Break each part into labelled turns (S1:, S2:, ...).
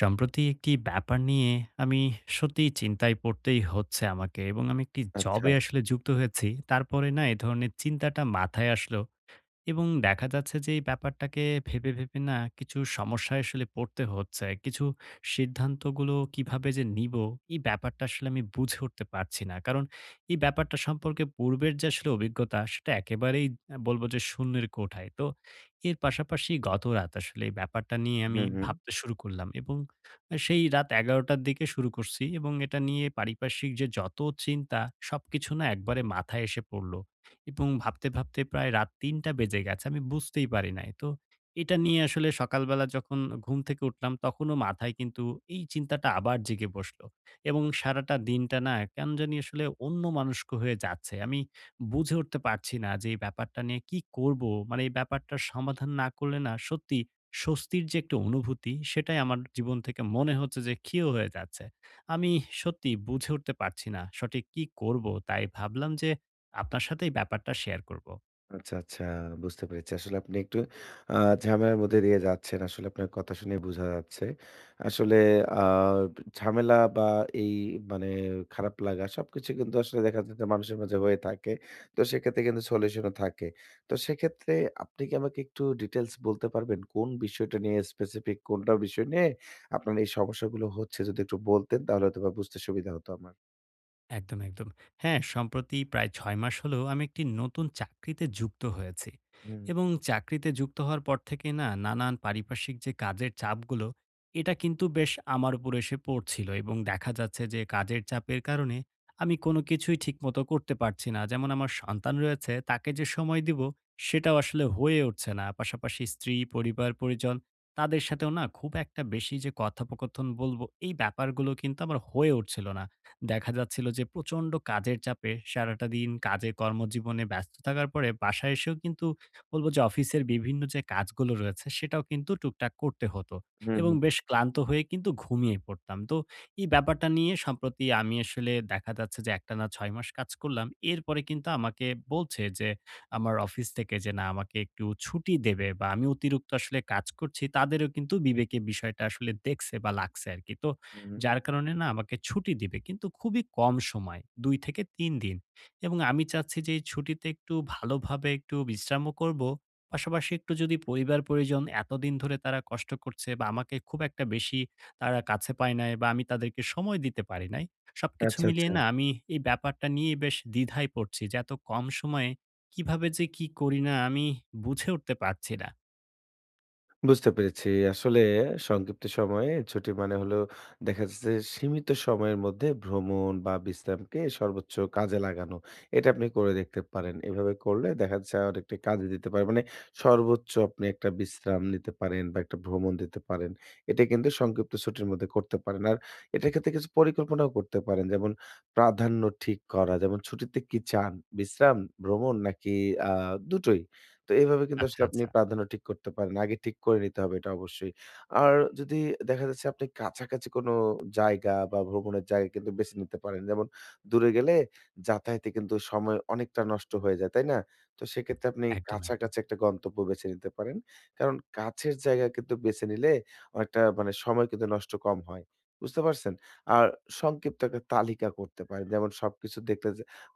S1: সম্প্রতি একটি ব্যাপার নিয়ে আমি সত্যিই চিন্তায় পড়তেই হচ্ছে আমাকে, এবং আমি একটি
S2: আচ্ছা।
S1: জবে আসলে যুক্ত হয়েছি। তারপরে না এ ধরনের চিন্তাটা মাথায় আসলো। এবং দেখা যাচ্ছে যে এই ব্যাপারটাকে ভেবে, ভেবে না কিছু সমস্যায় আসলে পড়তে হচ্ছে। কিছু সিদ্ধান্তগুলো কিভাবে যে নিবো, এই ব্যাপারটা আসলে আমি বুঝে উঠতে পারছি না। কারণ এই ব্যাপারটা সম্পর্কে পূর্বের যে আসলে অভিজ্ঞতা, সেটা একেবারেই বলবো যে শূন্যের কোঠায়। তো এর পাশাপাশি গতরাত আসলে এই ব্যাপারটা নিয়ে আমি
S2: হুম, হুম।
S1: ভাবতে শুরু করলাম, এবং সেই রাত ১১ঃ০০ র দিকে শুরু করছি, এবং এটা নিয়ে পারিপার্শ্বিক যে যত চিন্তা, সবকিছু না একবারে মাথায় এসে পড়ল। এবং ভাবতে, ভাবতে প্রায় রাত ৩টা বেজে গেছে, আমি বুঝতেই পারি নাই। তো এটা নিয়ে আসলে সকালবেলা যখন ঘুম থেকে উঠলাম, তখনও মাথায় কিন্তু এই চিন্তাটা আবার জেগে বসলো, এবং সারাটা দিনটা না কেন জানি আসলে অন্যমনস্ক হয়ে যাচ্ছে। আমি বুঝে উঠতে পারছি না যে এই ব্যাপারটা নিয়ে কি করবো? মানে এই ব্যাপারটার সমাধান না করলে না সত্যি স্বস্তির যে একটা অনুভূতি, সেটাই আমার জীবন থেকে মনে হচ্ছে যে ক্ষীয় হয়ে যাচ্ছে। আমি সত্যি বুঝে উঠতে পারছি না সঠিক কি করবো? তাই ভাবলাম যে আপনার সাথে এই ব্যাপারটা শেয়ার করব।
S2: আচ্ছা, আচ্ছা। বুঝতে পেরেছি। আসলে আপনি একটু আ ঝামেলার মধ্যে দিয়ে যাচ্ছেন। আসলে আপনার কথা শুনে বোঝা যাচ্ছে। আসলে আ ঝামেলা বা এই মানে খারাপ লাগা সবকিছু কিন্তু আসলে দেখা যায় যে মানুষের মাঝে হয়ে থাকে। তো সেক্ষেত্রে কিন্তু সলিউশন ও থাকে। তো সেক্ষেত্রে আপনি কি আমাকে একটু ডিটেইলস বলতে পারবেন? কোন বিষয়টা নিয়ে স্পেসিফিক কোনটা বিষয় নিয়ে আপনার এই সমস্যাগুলো হচ্ছে যদি একটু বলতেন তাহলে হয়তোবা বুঝতে সুবিধা হতো আমার।
S1: একদম, একদম। হ্যাঁ, সম্প্রতি প্রায় ৬ মাস হলো আমি একটি নতুন চাকরিতে যুক্ত হয়েছি।
S2: হুম,
S1: এবং চাকরিতে যুক্ত হওয়ার পর থেকে না নানান পারিপার্শ্বিক যে কাজের চাপগুলো, এটা কিন্তু বেশ আমার উপর এসে পড়ছিল, এবং দেখা যাচ্ছে যে কাজের চাপের কারণে আমি কোনো কিছুই ঠিকমতো করতে পারছি না। যেমন আমার সন্তান রয়েছে, তাকে যে সময় দিব সেটাও আসলে হয়ে উঠছে না। পাশাপাশি স্ত্রী, পরিবার-পরিজন, তাদের সাথেও না খুব একটা বেশি যে কথোপকথন বলব, এই ব্যাপারগুলো কিন্তু আমার হয়ে উঠছিল না। দেখা যাচ্ছিল যে প্রচন্ড কাজের চাপে সারাটা দিন কাজে কর্মজীবনে ব্যস্ত থাকার পরে বাসায় এসেও কিন্তু বলব যে অফিসের বিভিন্ন যে কাজগুলো রয়েছে, সেটাও কিন্তু টুকটাক করতে হতো,
S2: হুম,
S1: এবং
S2: হুম,
S1: বেশ ক্লান্ত হয়ে কিন্তু ঘুমিয়ে পড়তাম। তো এই ব্যাপারটা নিয়ে সম্প্রতি আমি আসলে দেখা যাচ্ছে যে একটানা ৬ মাস কাজ করলাম। এরপরে কিন্তু আমাকে বলছে যে আমার অফিস থেকে যে না আমাকে একটু ছুটি দেবে, বা আমি অতিরিক্ত আসলে কাজ করছি, তাদেরও কিন্তু বিবেকে বিষয়টা আসলে দেখছে বা লাগছে আরকি। তো
S2: হুম, হুম।
S1: যার কারণে না আমাকে ছুটি দিবে, কিন্তু খুবই কম সময়, ২ থেকে ৩ দিন। এবং আমি চাচ্ছি যে এই ছুটিতে একটু ভালোভাবে একটু বিশ্রামও করব। পাশাপাশি একটু যদি পরিবার-পরিজন, এতদিন ধরে তারা কষ্ট করছে, বা আমাকে খুব একটা বেশি তারা কাছে পায় নাই, বা আমি তাদেরকে সময় দিতে পারি নাই। সবকিছু
S2: আচ্ছা, আচ্ছা।
S1: মিলিয়ে না আমি এই ব্যাপারটা নিয়ে বেশ দ্বিধায় পড়ছি যে এত কম সময়ে কিভাবে যে কি করি না আমি বুঝে উঠতে পারছি না।
S2: বুঝতে পেরেছি। আসলে সংক্ষিপ্ত সময়ে ছুটি মানে হলো দেখা যাচ্ছে যে সীমিত সময়ের মধ্যে ভ্রমণ বা বিশ্রামকে সর্বোচ্চ কাজে লাগানো। এটা আপনি করে দেখতে পারেন। এভাবে করলে দেখা যাচ্ছে অনেকটা কাজে দিতে পারে। মানে সর্বোচ্চ আপনি একটা বিশ্রাম নিতে পারেন বা একটা ভ্রমণ দিতে পারেন। এটা কিন্তু সংক্ষিপ্ত ছুটির মধ্যে করতে পারেন। আর এটার ক্ষেত্রে কিছু পরিকল্পনাও করতে পারেন। যেমন প্রাধান্য ঠিক করা। যেমন ছুটিতে কি চান? বিশ্রাম, ভ্রমণ নাকি আ দুটোই? তো এভাবে কিন্তু
S1: আচ্ছা,
S2: আসলে আপনি
S1: আচ্ছা।
S2: প্রাধান্য ঠিক করতে পারেন। আগে ঠিক করে নিতে হবে এটা অবশ্যই। আর যদি দেখা যাচ্ছে আপনি কাছাকাছি কোনো জায়গা বা ভ্রমণের জায়গা কিন্তু বেছে নিতে পারেন। যেমন দূরে গেলে যাতায়াতে কিন্তু সময় অনেকটা নষ্ট হয়ে যায়, তাই না? তো সেক্ষেত্রে আপনি
S1: একদম, একদম।
S2: কাছাকাছি একটা গন্তব্য বেছে নিতে পারেন। কারণ কাছের জায়গা কিন্তু বেছে নিলে অনেকটা মানে সময় কিন্তু নষ্ট কম হয়। বুঝতে পারছেন? আর সংক্ষিপ্ত একটা তালিকা করতে পারেন। যেমন সবকিছু দেখতে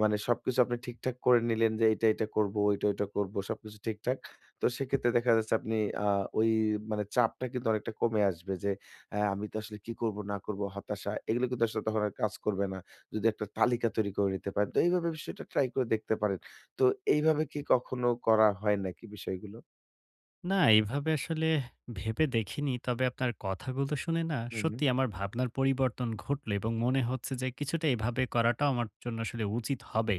S2: মানে সবকিছু আপনি ঠিকঠাক করে নিলেন যে এটা, এটা করব, ওইটা, ওইটা করব। সবকিছু ঠিকঠাক। তো সেক্ষেত্রে দেখা যাচ্ছে আপনি আ ওই মানে চাপটা কিন্তু অনেকটা কমে আসবে যে আমি তো আসলে কি করব না করব, হতাশা এগুলো কিন্তু আসলে তখন আর কাজ করবে না। যদি একটা তালিকা তৈরি করে নিতে পারেন। তো এইভাবে বিষয়টা ট্রাই করে দেখতে পারেন। তো এইভাবে কি কখনো করা হয় নাকি বিষয়গুলো?
S1: না, এভাবে আসলে ভেবে দেখিনি। তবে আপনার কথাগুলো শুনে না
S2: হু, হু।
S1: সত্যি আমার ভাবনার পরিবর্তন ঘটলো, এবং মনে হচ্ছে যে কিছুটা এভাবে করাটাও আমার জন্য আসলে উচিত হবে।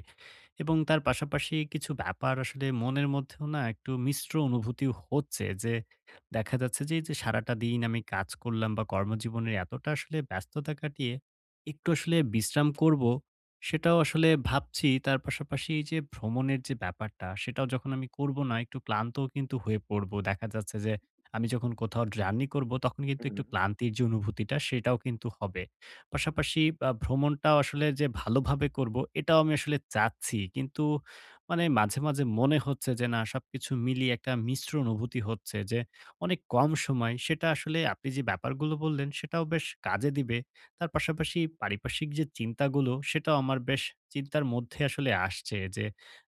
S1: এবং তার পাশাপাশি কিছু ব্যাপার আসলে মনের মধ্যেও না একটু মিশ্র অনুভূতি হচ্ছে যে দেখা যাচ্ছে যে এই যে সারাটা দিন আমি কাজ করলাম বা কর্মজীবনের এতটা আসলে ব্যস্ততা কাটিয়ে একটু আসলে বিশ্রাম করব, সেটাও আসলে ভাবছি। তার পাশাপাশি এই যে ভ্রমণের যে ব্যাপারটা, সেটাও যখন আমি করব না একটু ক্লান্তও কিন্তু হয়ে পড়বো, দেখা যাচ্ছে যে আমি যখন কোথাও জার্নি করব, তখন
S2: হু,
S1: কিন্তু
S2: হু।
S1: একটু ক্লান্তির যে অনুভূতিটা সেটাও কিন্তু হবে। পাশাপাশি ভ্রমণটাও আসলে যে ভালোভাবে করব, এটাও আমি আসলে চাচ্ছি। কিন্তু মানে মাঝে, মাঝে মনে হচ্ছে যে না সবকিছু মিলিয়ে একটা মিশ্র অনুভূতি হচ্ছে যে অনেক কম সময়, সেটা আসলে আপনি যে ব্যাপারগুলো বললেন, সেটাও বেশ কাজে দিবে। তার পাশাপাশি পারিপার্শ্বিক যে চিন্তাগুলো, সেটাও আমার বেশ চিন্তার মধ্যে আসলে আসছে যে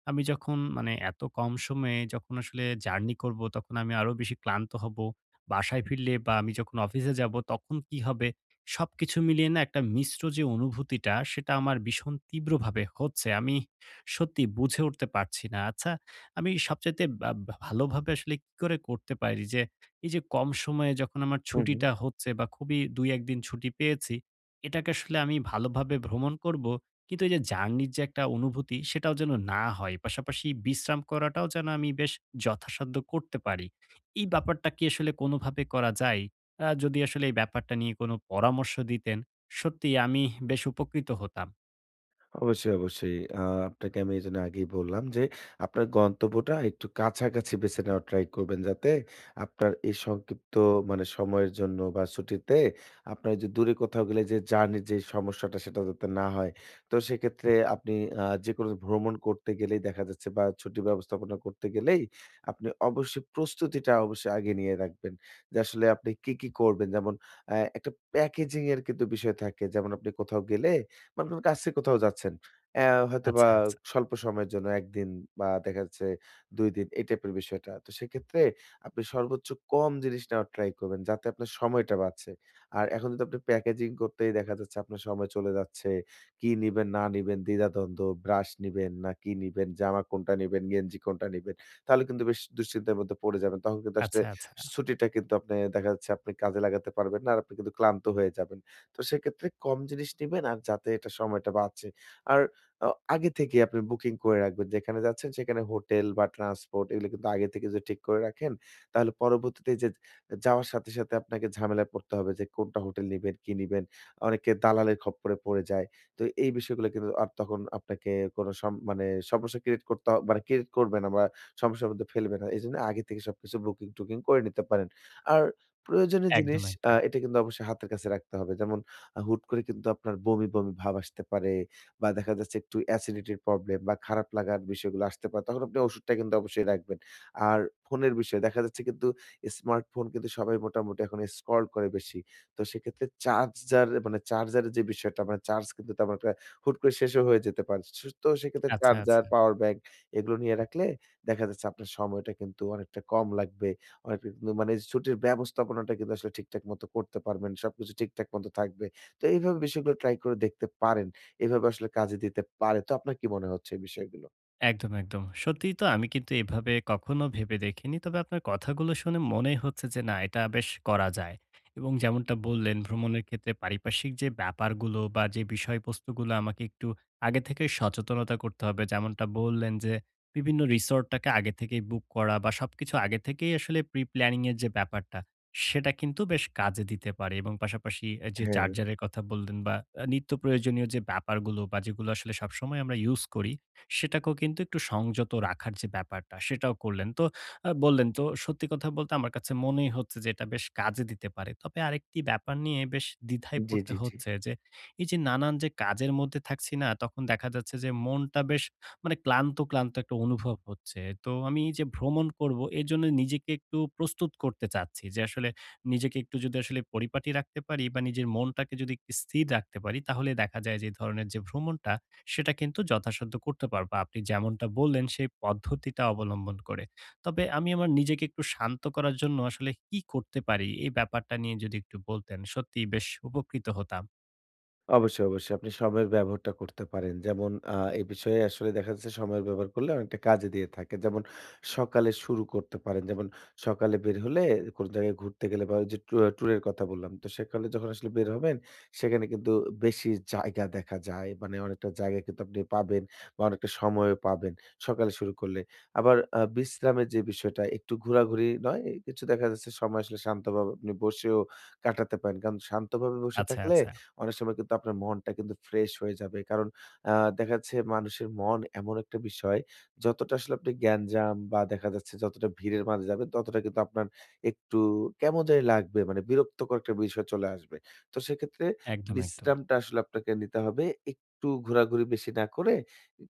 S1: আমি যখন মানে এত কম সময়ে যখন আসলে জার্নি করব, তখন আমি আরো বেশি ক্লান্ত হব। বাসায় ফিরলে বা আমি যখন অফিসে যাব তখন কি হবে? সবকিছু মিলিয়ে না একটা মিশ্র যে অনুভূতিটা, সেটা আমার ভীষণ তীব্রভাবে হচ্ছে। আমি সত্যি বুঝে উঠতে পারছি না। আচ্ছা, আমি সবচাইতে বা বা ভালোভাবে আসলে কি করে করতে পারি যে এই যে কম সময়ে যখন আমার
S2: হু, হু।
S1: ছুটিটা হচ্ছে, বা খুবই ২-১ দিন ছুটি পেয়েছি, এটাকে আসলে আমি ভালোভাবে ভ্রমণ করব। কিন্তু এই যে জার্নির যে একটা অনুভূতি সেটাও যেন না হয়। পাশাপাশি বিশ্রাম করাটাও যেন আমি বেশ যথাসাধ্য করতে পারি। এই ব্যাপারটা কি আসলে কোনোভাবে করা যায়? যদি আসলে এই ব্যাপারটা নিয়ে কোনো পরামর্শ দিতেন, সত্যিই আমি বেশ উপকৃত হতাম।
S2: অবশ্যই, অবশ্যই। আপনাকে আমি এজন্য আগেই বললাম যে, আপনার গন্তব্যটা একটু কাছাকাছি বেছে নেওয়ার ট্রাই করবেন। যাতে আপনার এই সংক্ষিপ্ত মানে সময়ের জন্য বা ছুটিতে আপনার যে দূরে কোথাও গেলে যে জার্নির যে সমস্যাটা সেটা যাতে না হয়। তো সেক্ষেত্রে আপনি যেকোনো ভ্রমণ করতে গেলেই দেখা যাচ্ছে বা ছুটি ব্যবস্থাপনা করতে গেলেই আপনি অবশ্যই প্রস্তুতিটা অবশ্যই আগে নিয়ে রাখবেন। যে আসলে আপনি কি, কি করবেন? যেমন একটা প্যাকেজিং এর কিন্তু বিষয় থাকে। যেমন আপনি কোথাও গেলে মানে ধরুন কাছে কোথাও যাচ্ছেন। হয়তোবা
S1: আচ্ছা, আচ্ছা।
S2: স্বল্প সময়ের জন্য ১ দিন বা দেখা যাচ্ছে ২ দিন এই টাইপের বিষয়টা। তো সেক্ষেত্রে আপনি সর্বোচ্চ কম জিনিস নেওয়ার ট্রাই করবেন যাতে আপনার সময়টা বাঁচে। আর এখন যদি আপনি প্যাকেজিং করতেই দেখা যাচ্ছে আপনার সময় চলে যাচ্ছে। কি নিবেন না নিবেন দ্বিধাদ্বন্দ্ব, ব্রাশ নিবেন না কি নিবেন, জামা কোনটা নিবেন, গেঞ্জি কোনটা নিবেন। তাহলে কিন্তু বেশ দুশ্চিন্তার মধ্যে পড়ে যাবেন। তখন কিন্তু আসলে
S1: আচ্ছা, আচ্ছা।
S2: ছুটিটা কিন্তু আপনি দেখা যাচ্ছে আপনি কাজে লাগাতে পারবেন না। আর আপনি কিন্তু ক্লান্ত হয়ে যাবেন। তো সেক্ষেত্রে কম জিনিস নিবেন আর যাতে এটা সময়টা বাঁচে। আর আ আগে থেকেই আপনি বুকিং করে রাখবেন। যেখানে যাচ্ছেন সেখানে হোটেল বা ট্রান্সপোর্ট এগুলো কিন্তু আগে থেকে যদি ঠিক করে রাখেন, তাহলে পরবর্তীতে যে যাওয়ার সাথে সাথে আপনাকে ঝামেলায় পড়তে হবে যে কোনটা হোটেল নিবেন, কি নিবেন। অনেকে দালালের খপ্পরে পড়ে যায়। তো এই বিষয়গুলো কিন্তু আর তখন আপনাকে কোনো সম মানে সমস্যা ক্রিয়েট করতে হ মানে ক্রিয়েট করবে না বা সমস্যার মধ্যে ফেলবে না। এজন্য আগে থেকে সবকিছু বুকিং-টুকিং করে নিতে পারেন। আর প্রয়োজনীয় জিনিস
S1: একদম, একদম।
S2: এটা কিন্তু অবশ্যই হাতের কাছে রাখতে হবে। যেমন হুট করে কিন্তু আপনার বমি, বমি ভাব আসতে পারে বা দেখা যাচ্ছে একটু অ্যাসিডিটির প্রবলেম বা খারাপ লাগার বিষয়গুলো আসতে পারে। তখন আপনি ওষুধটা কিন্তু অবশ্যই রাখবেন। আর ফোনের বিষয়ে দেখা যাচ্ছে কিন্তু স্মার্টফোন কিন্তু সবাই মোটামুটি এখন স্ক্রল করে বেশি। তো সেক্ষেত্রে চার্জার মানে চার্জারের যে বিষয়টা মানে চার্জ কিন্তু তেমন একটা হুট করে শেষও হয়ে যেতে পারে। তো সেক্ষেত্রে
S1: আচ্ছা, আচ্ছা।
S2: চার্জার, পাওয়ার ব্যাংক এগুলো নিয়ে রাখলে দেখা যাচ্ছে আপনার সময়টা কিন্তু অনেকটা কম লাগবে। অনেকটা কিন্তু মানে ছুটির ব্যবস্থাপনাটা কিন্তু আসলে ঠিকঠাক মতো করতে পারবেন। সবকিছু ঠিকঠাক মতো থাকবে। তো এইভাবে বিষয়গুলো ট্রাই করে দেখতে পারেন। এভাবে আসলে কাজে দিতে পারে। তো আপনার কি মনে হচ্ছে এই বিষয়গুলো?
S1: একদম, একদম। সত্যিই তো আমি কিন্তু এভাবে কখনো ভেবে দেখিনি। তবে আপনার কথাগুলো শুনে মনেই হচ্ছে যে না এটা বেশ করা যায়। এবং যেমনটা বললেন, ভ্রমণের ক্ষেত্রে পারিপার্শ্বিক যে ব্যাপারগুলো বা যে বিষয়বস্তুগুলো আমাকে একটু আগে থেকে সচেতনতা করতে হবে। যেমনটা বললেন যে বিভিন্ন রিসোর্টটাকে আগে থেকেই বুক করা, বা সবকিছু আগে থেকেই আসলে প্রি প্ল্যানিং এর যে ব্যাপারটা, সেটা কিন্তু বেশ কাজে দিতে পারে। এবং পাশাপাশি এ যে
S2: হ্যাঁ,
S1: চার্জারের কথা বললেন, বা নিত্য প্রয়োজনীয় যে ব্যাপারগুলো, বা যেগুলো আসলে সবসময় আমরা ইউজ করি, সেটাকেও কিন্তু একটু সংযত রাখার যে ব্যাপারটা, সেটাও করলেন। তো বললেন, তো সত্যি কথা বলতে আমার কাছে মনেই হচ্ছে যে এটা বেশ কাজে দিতে পারে। তবে আরেকটি ব্যাপার নিয়ে বেশ দ্বিধায়
S2: জি,
S1: পড়তে
S2: জি, জি।
S1: হচ্ছে যে এই যে নানান যে কাজের মধ্যে থাকছি না, তখন দেখা যাচ্ছে যে মনটা বেশ মানে ক্লান্ত, ক্লান্ত একটা অনুভব হচ্ছে। তো আমি এই যে ভ্রমণ করব, এজন্য নিজেকে একটু প্রস্তুত করতে চাচ্ছি যে আসলে নিজেকে একটু যদি আসলে পরিপাটি রাখতে পারি, বা নিজের মনটাকে যদি একটু স্থির রাখতে পারি, তাহলে দেখা যায় যে এই ধরনের যে ভ্রমণটা, সেটা কিন্তু যথাসাধ্য করতে পারবো, আপনি যেমনটা বললেন সেই পদ্ধতিটা অবলম্বন করে। তবে আমি আমার নিজেকে একটু শান্ত করার জন্য আসলে কি করতে পারি? এই ব্যাপারটা নিয়ে যদি একটু বলতেন, সত্যিই বেশ উপকৃত হতাম।
S2: অবশ্যই, অবশ্যই। আপনি সময়ের ব্যবহারটা করতে পারেন। যেমন এ বিষয়ে আসলে দেখা যাচ্ছে সময়ের ব্যবহার করলে অনেকটা কাজে দিয়ে থাকে। যেমন সকালে শুরু করতে পারেন। যেমন সকালে বের হলে কোন জায়গায় ঘুরতে গেলে বা ওইযে ট্যুরের কথা বললাম। তো সেকালে যখন আসলে বের হবেন সেখানে কিন্তু বেশি জায়গা দেখা যায়। মানে অনেকটা জায়গা কিন্তু আপনি পাবেন বা অনেকটা সময়ও পাবেন সকালে শুরু করলে। আবার বিশ্রামের যে বিষয়টা একটু ঘোরাঘুরি নয়, কিছু দেখা যাচ্ছে সময় আসলে শান্তভাবে আপনি বসেও কাটাতে পারেন। কারণ শান্তভাবে বসে
S1: আচ্ছা,
S2: থাকলে
S1: আচ্ছা।
S2: অনেক সময় কিন্তু আপনার মনটা কিন্তু ফ্রেশ হয়ে যাবে। কারণ আ দেখা যাচ্ছে মানুষের মন এমন একটা বিষয়, যতটা আসলে আপনি গ্যাঞ্জাম বা দেখা যাচ্ছে যতটা ভিড়ের মাঝে যাবেন, ততটা কিন্তু আপনার একটু কেমন জানি লাগবে। মানে বিরক্তকর একটা বিষয় চলে আসবে। তো সেক্ষেত্রে
S1: একদম, একদম।
S2: বিশ্রামটা আসলে আপনাকে নিতে হবে। একটু ঘোরাঘুরি বেশি না করে,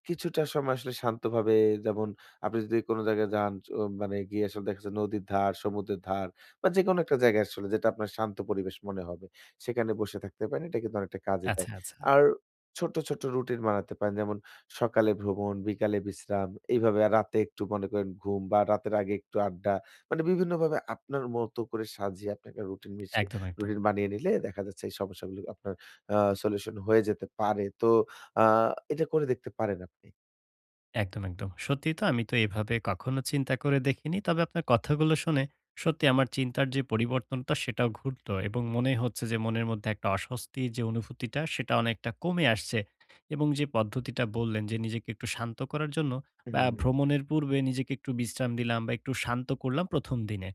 S2: কিছুটা সময় আসলে শান্তভাবে যেমন আপনি যদি কোনো জায়গায় যান ও মানে গিয়ে আসলে দেখা যাচ্ছে নদীর ধার, সমুদ্রের ধার বা যেকোনো একটা জায়গায় আসলে যেটা আপনার শান্ত পরিবেশ মনে হবে। সেখানে বসে থাকতে পারেন। এটা কিন্তু অনেকটা কাজে দেয়।
S1: আচ্ছা, আচ্ছা।
S2: আর ছোট্ট, ছোট্ট রুটিন বানাতে পারেন। যেমন সকালে ভ্রমণ, বিকালে বিশ্রাম, এইভাবে আর রাতে একটু মনে করেন ঘুম বা রাতের আগে একটু আড্ডা। মানে বিভিন্নভাবে আপনার মতো করে সাজিয়ে আপনি একটা
S1: একদম, একদম।
S2: রুটিন বানিয়ে নিলে দেখা যাচ্ছে এই সমস্যাগুলো আপনার আ সলিউশন হয়ে যেতে পারে। তো আ এটা করে দেখতে পারেন আপনি।
S1: একদম, একদম। সত্যিই তো আমি তো এভাবে কখনো চিন্তা করে দেখিনি। তবে আপনার কথাগুলো শুনে সত্যি আমার চিন্তার যে পরিবর্তনটা, সেটাও ঘটলো, এবং মনে হচ্ছে যে মনের মধ্যে একটা অস্বস্তির যে অনুভূতিটা, সেটা অনেকটা কমে আসছে। এবং যে পদ্ধতিটা বললেন যে নিজেকে একটু শান্ত করার জন্য বা
S2: হুম,
S1: ভ্রমণের পূর্বে নিজেকে একটু বিশ্রাম দিলাম বা একটু শান্ত করলাম ১ম দিনে।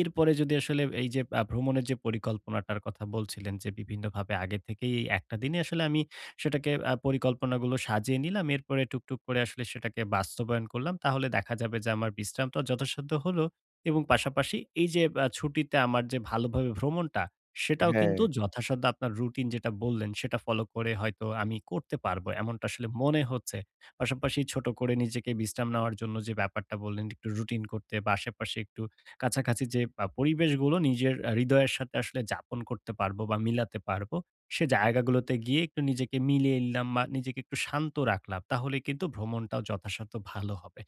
S1: এরপরে যদি আসলে এই যে ভ্রমণের যে পরিকল্পনাটার কথা বলছিলেন যে বিভিন্নভাবে আগে থেকেই ১ টা দিনে আসলে আমি সেটাকে পরিকল্পনাগুলো সাজিয়ে নিলাম। এরপরে টুকটুক করে আসলে সেটাকে বাস্তবায়ন করলাম। তাহলে দেখা যাবে যে আমার বিশ্রামটা যথাসাধ্য হলো, এবং পাশাপাশি এই যে ছুটিতে আমার যে ভালোভাবে ভ্রমণটা, সেটাও
S2: হ্যাঁ।
S1: কিন্তু যথাসাধ্য আপনার রুটিন যেটা বললেন, সেটা ফলো করে হয়তো আমি করতে পারবো। এমনটা আসলে মনে হচ্ছে। পাশাপাশি ছোট করে নিজেকে বিশ্রাম নেওয়ার জন্য যে ব্যাপারটা বললেন, একটু রুটিন করতে বা আশেপাশে একটু কাছাকাছি যে পরিবেশগুলো নিজের হৃদয়ের সাথে আসলে যাপন করতে পারবো বা মিলাতে পারবো। সে জায়গাগুলোতে গিয়ে একটু নিজেকে মিলিয়ে নিলাম বা নিজেকে একটু শান্ত রাখলাম, তাহলে কিন্তু ভ্রমণটাও যথাসাধ্য ভালো হবে।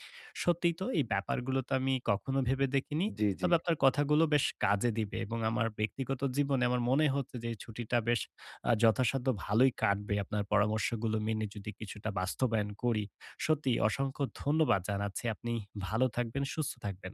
S1: সত্যিই তো এই ব্যাপারগুলো তো আমি কখনো ভেবে দেখিনি।
S2: জি, জি।
S1: তবে আপনার কথাগুলো বেশ কাজে দিবে, এবং আমার ব্যক্তিগত জীবনে আমার মনে হচ্ছে যে এই ছুটিটা বেশ যথাসাধ্য ভালোই কাটবে, আপনার পরামর্শগুলো মেনে যদি কিছুটা বাস্তবায়ন করি। সত্যিই অসংখ্য ধন্যবাদ জানাচ্ছি। আপনি ভালো থাকবেন, সুস্থ থাকবেন।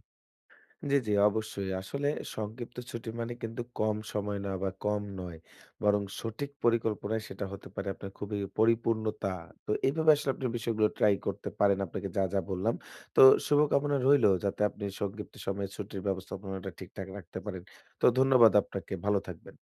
S2: জি, জি, অবশ্যই। আসলে সংক্ষিপ্ত ছুটি মানে কিন্তু কম সময় না বা কম নয়। বরং সঠিক পরিকল্পনায় সেটা হতে পারে আপনার খুবই পরিপূর্ণতা। তো এইভাবে আসলে আপনি বিষয়গুলো ট্রাই করতে পারেন, আপনাকে যা যা বললাম। তো শুভকামনা রইলো যাতে আপনি সংক্ষিপ্ত সময়ে ছুটির ব্যবস্থাপনাটা ঠিকঠাক রাখতে পারেন। তো ধন্যবাদ আপনাকে। ভালো থাকবেন।